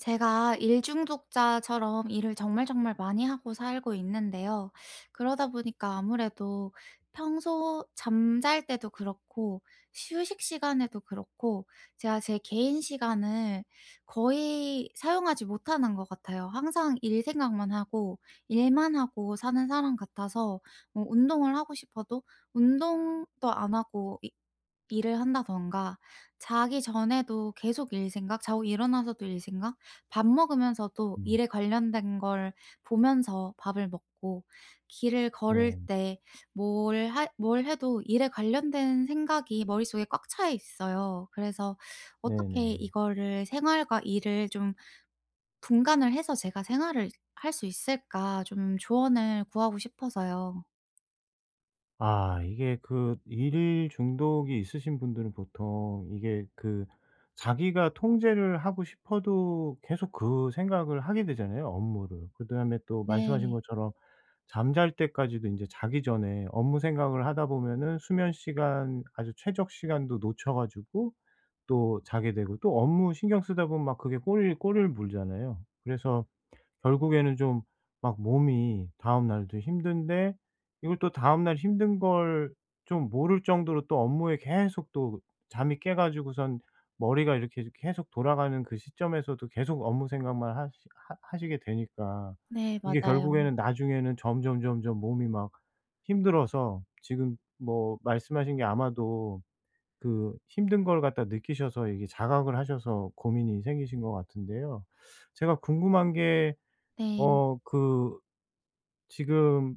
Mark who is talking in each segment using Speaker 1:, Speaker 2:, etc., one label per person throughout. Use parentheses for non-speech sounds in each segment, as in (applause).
Speaker 1: 제가 일중독자처럼 일을 정말 정말 많이 하고 살고 있는데요. 그러다 보니까 아무래도 평소 잠잘 때도 그렇고 휴식 시간에도 그렇고 제가 제 개인 시간을 거의 사용하지 못하는 것 같아요. 항상 일 생각만 하고 일만 하고 사는 사람 같아서 뭐 운동을 하고 싶어도 운동도 안 하고 일을 한다던가 자기 전에도 계속 일 생각, 자고 일어나서도 일 생각 밥 먹으면서도
Speaker 2: 음.
Speaker 1: 일에 관련된 걸 보면서 밥을 먹고 길을 걸을
Speaker 2: 네.
Speaker 1: 때 뭘 해도 일에 관련된 생각이 머릿속에 꽉 차 있어요. 그래서
Speaker 2: 네네.
Speaker 1: 어떻게 이거를 생활과 일을 좀 분간을 해서 제가 생활을 할 수 있을까 좀 조언을 구하고 싶어서요.
Speaker 2: 아, 이게 그 일 중독이 있으신 분들은 보통 이게 그, 자기가 통제를 하고 싶어도 계속 그 생각을 하게 되잖아요, 업무를. 그다음에 또 말씀하신
Speaker 1: 네.
Speaker 2: 것처럼 잠잘 때까지도 인제 자기 전에 업무 생각을 하다 보면은 수면 시간 아주 최적 시간도 놓쳐 가지고 또 자게 되고, 또 업무 신경 쓰다 보면 막 그게 꼬리 꼬리를 물잖아요. 그래서 결국에는 좀 막 몸이 다음 날도 힘든데, 이걸 또 다음 날 힘든 걸 좀 모를 정도로 또 업무에 계속, 또 잠이 깨 가지고선 머리가 이렇게 계속 돌아가는 그 시점에서도 계속 업무 생각만 하시게 되니까
Speaker 1: 네
Speaker 2: 이게. 네.
Speaker 1: 맞아요.
Speaker 2: 결국에는 나중에는 점점점점 몸이 막 힘들어서, 지금 뭐 말씀하신 게 아마도 그 힘든 걸 갖다 느끼셔서 이게 자각을 하셔서 고민이 생기신 것 같은데요. 제가 궁금한 게,
Speaker 1: 네.
Speaker 2: 그 지금,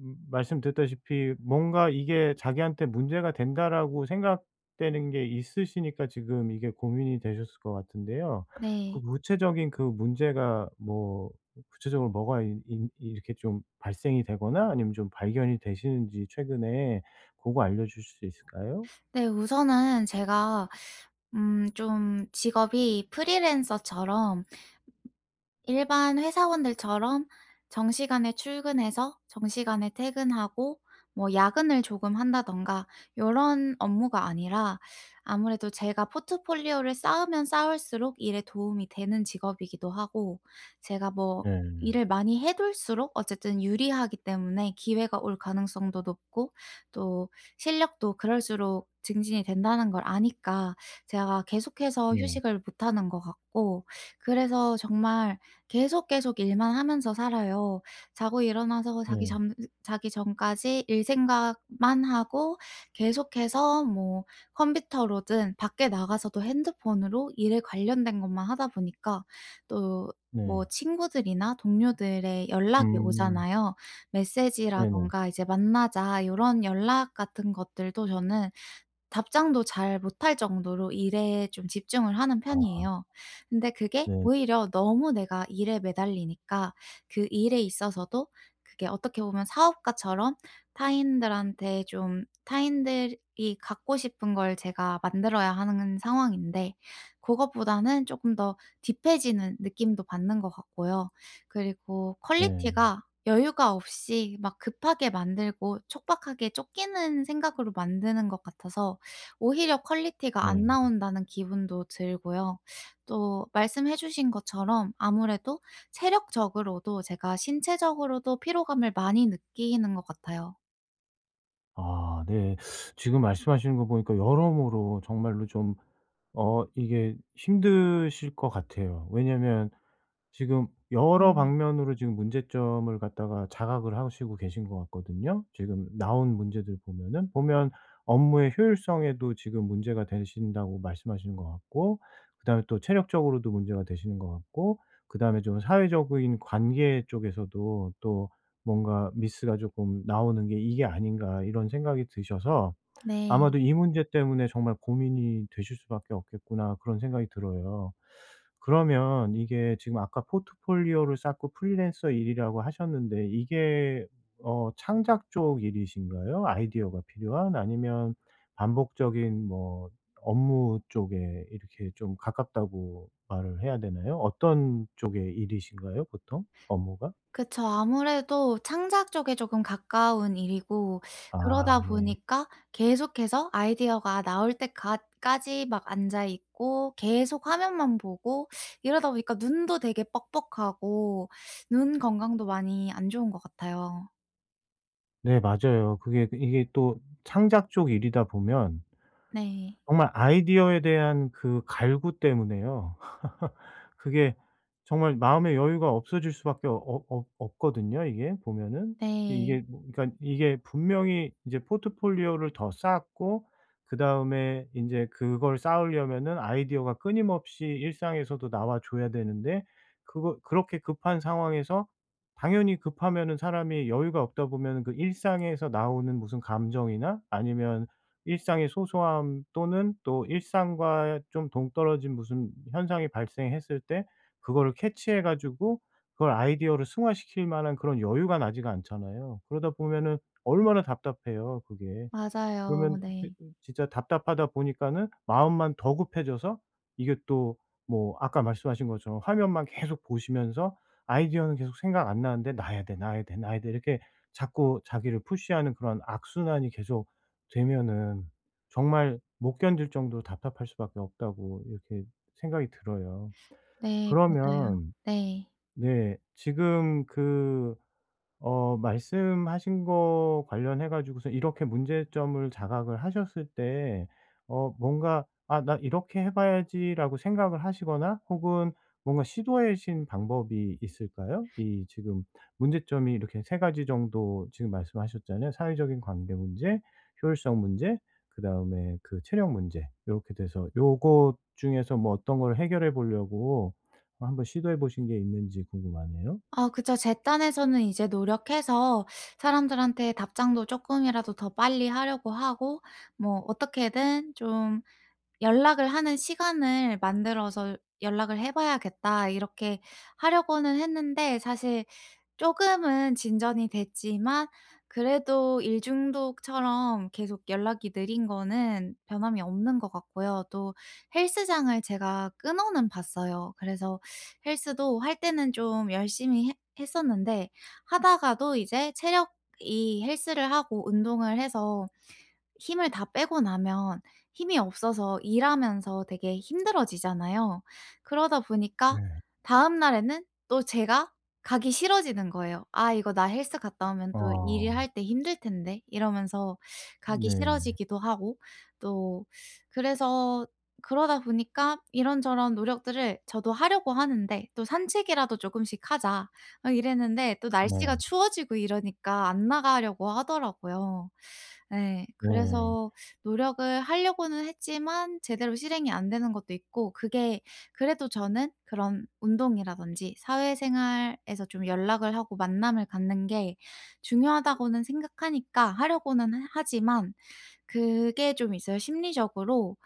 Speaker 2: 말씀드렸다시피 뭔가 이게 '자기한테 문제가 된다.'라고 생각되는 게 있으시니까 지금 이게 고민이 되셨을 것 같은데요. 그
Speaker 1: 네.
Speaker 2: 구체적인 그 문제가 뭐, 구체적으로 뭐가 이 이렇게 좀 발생이 되거나 아니면 좀 발견이 되시는지, 최근에 그거 알려 주실 수 있을까요?
Speaker 1: 네 우선은 제가 좀 직업이 프리랜서처럼 일반 회사원들처럼 정시간에 출근해서 정시간에 퇴근하고 뭐 야근을 조금 한다던가 요런 업무가 아니라 아무래도 제가 포트폴리오를 쌓으면 쌓을수록 일에 도움이 되는 직업이기도 하고 제가 뭐
Speaker 2: 네.
Speaker 1: 일을 많이 해 둘수록 어쨌든 유리하기 때문에 기회가 올 가능성도 높고 또 실력도 그럴수록 증진이 된다는 걸 아니까 제가 계속해서
Speaker 2: 네.
Speaker 1: 휴식을 못 하는 것 같고 그래서 정말 계속 계속 일만 하면서 살아요. 자고 일어나서
Speaker 2: 네.
Speaker 1: 자기 전까지 일 생각만 하고 계속해서 뭐 컴퓨터로든 밖에 나가서도 핸드폰으로 일에 관련된 것만 하다 보니까 또 뭐
Speaker 2: 네.
Speaker 1: 친구들이나 동료들의 연락이
Speaker 2: 음.
Speaker 1: 오잖아요.
Speaker 2: 네네.
Speaker 1: 메시지라든가 이제 "만나자." 이런 연락 같은 것들도 저는 답장도 잘 못할 정도로 일에 좀 집중을 하는
Speaker 2: 아
Speaker 1: 편이에요. 근데 그게
Speaker 2: 네.
Speaker 1: 오히려 너무 내가 일에 매달리니까 그 일에 있어서도 그게 어떻게 보면 사업가처럼 타인들한테 좀 타인들이 갖고 싶은 걸 제가 만들어야 하는 상황인데 그것보다는 조금 더 딥해지는 느낌도 받는 것 같고요. 그리고
Speaker 2: 네.
Speaker 1: 퀄리티가 여유가 없이 막 급하게 만들고 촉박하게 쫓기는 생각으로 만드는 것 같아서 오히려 퀄리티가 안
Speaker 2: 네.
Speaker 1: 나온다는 기분도 들고요. 또 말씀해 주신 것처럼 아무래도 체력적으로도 제가 신체적으로도 피로감을 많이 느끼는 것 같아요.
Speaker 2: 아 네. 지금 말씀하시는 거 보니까 여러모로 정말로 좀 이게 힘드실 것 같아요. 왜냐면 지금 여러
Speaker 1: 음.
Speaker 2: 방면으로 지금 문제점을 갖다가 자각을 하시고 계신 것 같거든요, 지금 나온 문제들 보면. 업무의 효율성에도 지금 문제가 되신다고 말씀하시는 것 같고, 그다음에 또 체력적으로도 문제가 되시는 것 같고, 그다음에 좀 사회적인 관계 쪽에서도 또 뭔가 미스가 조금 나오는 게 '이게 아닌가.' 이런 생각이 드셔서,
Speaker 1: 네.
Speaker 2: 아마도 '이 문제 때문에 정말 고민이 되실 수밖에 없겠구나.' 그런 생각이 들어요. 그러면 이게 지금 아까 포트폴리오를 쌓고 프리랜서 일이라고 하셨는데, 이게 창작 쪽 일이신가요? 아이디어가 필요한? 아니면 반복적인 뭐 업무 쪽에 이렇게 좀 가깝다고 말을 해야 되나요? 어떤 쪽의 일이신가요, 보통 업무가?
Speaker 1: 그쵸. 아무래도 창작 쪽에 조금 가까운 일이고 그러다
Speaker 2: 아 네.
Speaker 1: 보니까 계속해서 아이디어가 나올 때 까지 막 앉아 있고 계속 화면만 보고 이러다 보니까 눈도 되게 뻑뻑하고 눈 건강도 많이 안 좋은 것 같아요.
Speaker 2: 네, 맞아요. 그게 이게 또 창작 쪽 일이다 보면,
Speaker 1: 네.
Speaker 2: 정말 아이디어에 대한 그 갈구 때문에요. (laughs) 그게 정말 마음의 여유가 없어질 수밖에, 어 없 없거든요 이게 보면은.
Speaker 1: 네.
Speaker 2: 이게 뭐 그러니까 이게 분명히 이제 포트폴리오를 더 쌓고, 그다음에 이제 그걸 쌓으려면은 아이디어가 끊임없이 일상에서도 나와 줘야 되는데, 그거 그렇게 급한 상황에서, 당연히 급하면은 사람이 여유가 없다 보면은 그 일상에서 나오는 무슨 감정이나, 아니면 일상의 소소함, 또는 또 일상과 좀 동떨어진 무슨 현상이 발생했을 때 그거를 캐치해 가지고 그걸 아이디어로 승화시킬 만한 그런 여유가 나지가 않잖아요. 그러다 보면은 얼마나 답답해요, 그게.
Speaker 1: 맞아요.
Speaker 2: 그러면
Speaker 1: 네.
Speaker 2: 진짜 답답하다 보니까는 마음만 더 급해져서, 이게 또 뭐 아까 말씀하신 것처럼 화면만 계속 보시면서 아이디어는 계속 생각 안 나는데 '나야 돼, 나야 돼, 나야 돼.' 이렇게 자꾸 자기를 푸시하는 그런 악순환이 계속 되면은, 정말 못 견딜 정도로 답답할 수밖에 없다고 이렇게 생각이 들어요.
Speaker 1: 네. 맞아요.
Speaker 2: 그러면,
Speaker 1: 네.
Speaker 2: 네, 지금 그 말씀하신 거 관련해 가지고서, 이렇게 문제점을 자각을 하셨을 때 뭔가 '아 나 이렇게 해 봐야지.'라고 생각을 하시거나 혹은 뭔가 시도하신 방법이 있을까요? 이 지금 문제점이 이렇게 세 가지 정도 지금 말씀하셨잖아요. 사회적인 관계 문제, 효율성 문제, 그다음에 그 체력 문제, 이렇게 돼서 요것 중에서 뭐 어떤 걸 해결해 보려고 한번 시도해 보신 게 있는지 궁금하네요.
Speaker 1: 아 그쵸. 제 딴에서는 이제 노력해서 사람들한테 답장도 쪼끔이라도 더 빨리 하려고 하고 뭐 어떻게든 좀 '연락을 하는 시간을 만들어서 연락을 해 봐야겠다.' 이렇게 하려고는 했는데 사실 조금은 진전이 됐지만 그래도 일 중독처럼 계속 연락이 느린 거는 변함이 없는 것 같고요. 또 헬스장을 제가 끊어는 봤어요. 그래서 헬스도 할 때는 좀 열심히 했었는데 하다가도 이제 체력이 헬스를 하고 운동을 해서 힘을 다 빼고 나면 힘이 없어서 일하면서 되게 힘들어지잖아요. 그러다 보니까
Speaker 2: 네.
Speaker 1: 다음 날에는 또 제가 가기 싫어지는 거예요. '아 이거 나 헬스 갔다 오면 또
Speaker 2: 어,
Speaker 1: 일할 때 힘들 텐데.' 이러면서 가기
Speaker 2: 네.
Speaker 1: 싫어지기도 하고 또 그래서 그러다 보니까 이런저런 노력들을 저도 하려고 하는데 또 '산책이라도 조금씩 하자.' 이랬는데 또 날씨가
Speaker 2: 네.
Speaker 1: 추워지고 이러니까 안 나가려고 하더라고요. 예.
Speaker 2: 네.
Speaker 1: 그래서 노력을 하려고는 했지만 제대로 실행이 안 되는 것도 있고 그게 그래도 저는 그런 운동이라든지 사회생활에서 좀 연락을 하고 만남을 갖는 게 중요하다고는 생각하니까 하려고는 하 하지만 그게 좀 있어요. 심리적으로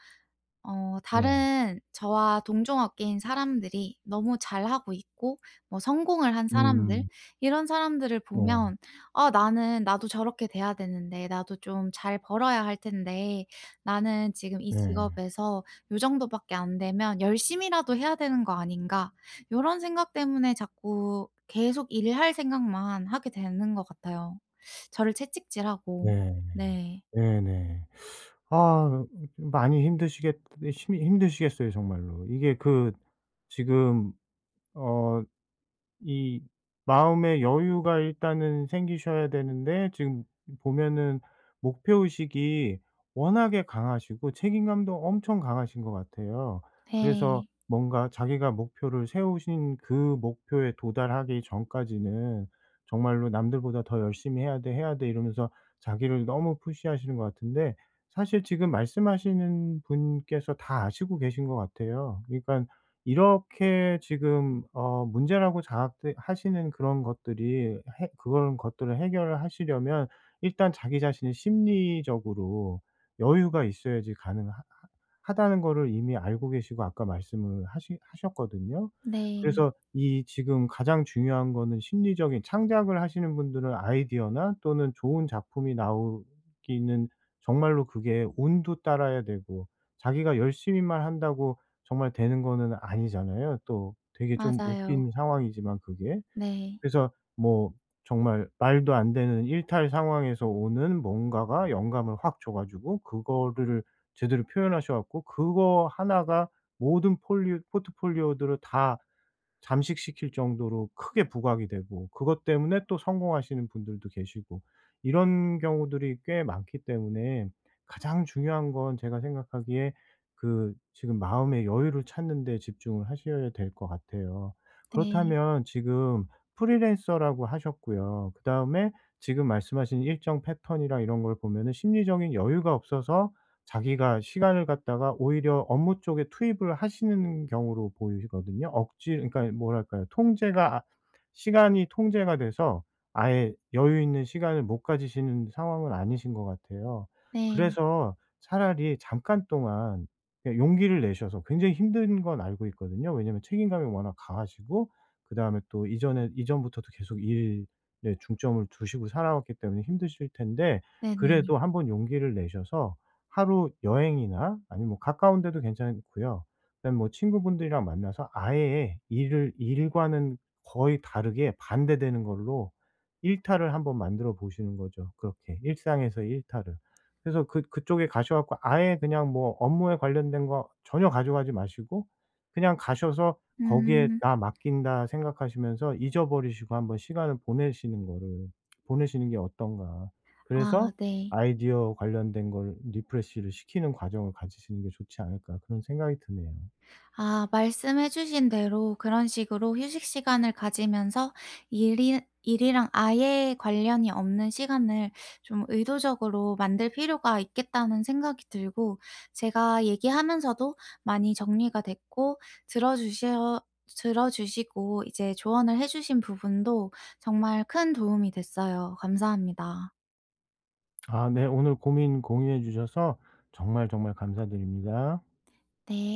Speaker 2: 네.
Speaker 1: 다른 저와 동종업계인 사람들이 너무 잘하고 있고 뭐 성공을 한 사람들
Speaker 2: 음.
Speaker 1: 이런 사람들을
Speaker 2: 네.
Speaker 1: 보면 '아 나는 나도 저렇게 돼야 되는데 나도 좀 잘 벌어야 할 텐데 나는 지금 이
Speaker 2: 네.
Speaker 1: 직업에서 요 정도밖에 안 되면 열심히라도 해야 되는 거 아닌가.' 이런 생각 때문에 자꾸 계속 일할 생각만 하게 되는 것 같아요. 저를 채찍질하고.
Speaker 2: 네.
Speaker 1: 네.
Speaker 2: 네네. 아, 많이 힘드시겠어요 정말로. 이게 그 지금 어 이 마음의 여유가 일단은 생기셔야 되는데, 지금 보면은 목표 의식이 워낙에 강하시고 책임감도 엄청 강하신 것 같아요. 그래서
Speaker 1: 네.
Speaker 2: 뭔가 자기가 목표를 세우신 그 목표에 도달하기 전까지는 정말로 '남들보다 더 열심히 해야 돼, 해야 돼.' 이러면서 자기를 너무 푸시하시는 것 같은데, 사실 지금 말씀하시는 분께서 다 아시고 계신 것 같아요. 그러니까 이렇게 지금 문제라고 자각 하시는 그런 것들이 해 그런 것들을 해결을 하시려면 일단 자기 자신이 심리적으로 여유가 있어야지 가능하 하 하다는 거를 이미 알고 계시고 아까 말씀을 하시 하셨거든요.
Speaker 1: 네.
Speaker 2: 그래서 이 지금 가장 중요한 거는 심리적인, 창작을 하시는 분들은 아이디어나 또는 좋은 작품이 나오기는 정말로 그게 운도 따라야 되고 자기가 열심히만 한다고 정말 되는 거는 아니잖아요. 또 되게 좀
Speaker 1: 맞아요.
Speaker 2: 웃긴 상황이지만 그게.
Speaker 1: 네.
Speaker 2: 그래서 뭐 정말 말도 안 되는 일탈 상황에서 오는 뭔가가 영감을 확 줘 가지고 그거를 제대로 표현하셔 갖고 그거 하나가 모든 폴리오 포트폴리오들을 다 잠식시킬 정도로 크게 부각이 되고 그것 때문에 또 성공하시는 분들도 계시고 이런 경우들이 꽤 많기 때문에, 가장 중요한 건 제가 생각하기에 그 지금 마음의 여유를 찾는 데 집중을 하셔야 될 것 같아요.
Speaker 1: 네.
Speaker 2: 그렇다면 지금 프리랜서라고 하셨고요. 그다음에 지금 말씀하신 일정 패턴이랑 이런 걸 보면은 심리적인 여유가 없어서 자기가 시간을 갖다가 오히려 업무 쪽에 투입을 하시는 경우로 보이거든요. 억지, 그러니까 뭐랄까요. 시간이 통제가 돼서 아예 여유 있는 시간을 못 가지시는 상황은 아니신 것 같아요.
Speaker 1: 네.
Speaker 2: 그래서 차라리 잠깐 동안 그냥 용기를 내셔서. 굉장히 힘든 건 알고 있거든요. 왜냐하면 책임감이 워낙 강하시고 그다음에 또 이전에 이전부터도 계속 일에 중점을 두시고 살아왔기 때문에 힘드실 텐데,
Speaker 1: 네네.
Speaker 2: 그래도 한번 용기를 내셔서 하루 여행이나 아니면 뭐 가까운 데도 괜찮고요. 그다음에 뭐 친구분들이랑 만나서 아예 일을 일과는 거의 다르게 반대되는 걸로 일탈을 한번 만들어 보시는 거죠. 그렇게 일상에서 일탈을. 그래서 그 그쪽에 가셔 갖고 아예 그냥 뭐 업무에 관련된 거 전혀 가져가지 마시고 그냥 가셔서 거기에
Speaker 1: 음.
Speaker 2: '나 맡긴다.' 생각하시면서 잊어버리시고 한번 시간을 보내시는 게 어떤가.
Speaker 1: 아
Speaker 2: 그래서
Speaker 1: 네.
Speaker 2: 아이디어 관련된 걸 리프레시를 시키는 과정을 가지시는 게 좋지 않을까 그런 생각이 드네요.
Speaker 1: 아 말씀해 주신 대로 그런 식으로 휴식 시간을 가지면서 일이 일이랑 아예 관련이 없는 시간을 좀 의도적으로 만들 필요가 있겠다는 생각이 들고 제가 얘기하면서도 많이 정리가 됐고 들어 주셔 들어 주시고 이제 조언을 해 주신 부분도 정말 큰 도움이 됐어요. 감사합니다.
Speaker 2: 아 네. 오늘 고민 공유해 주셔서 정말 정말 감사드립니다.
Speaker 1: 네.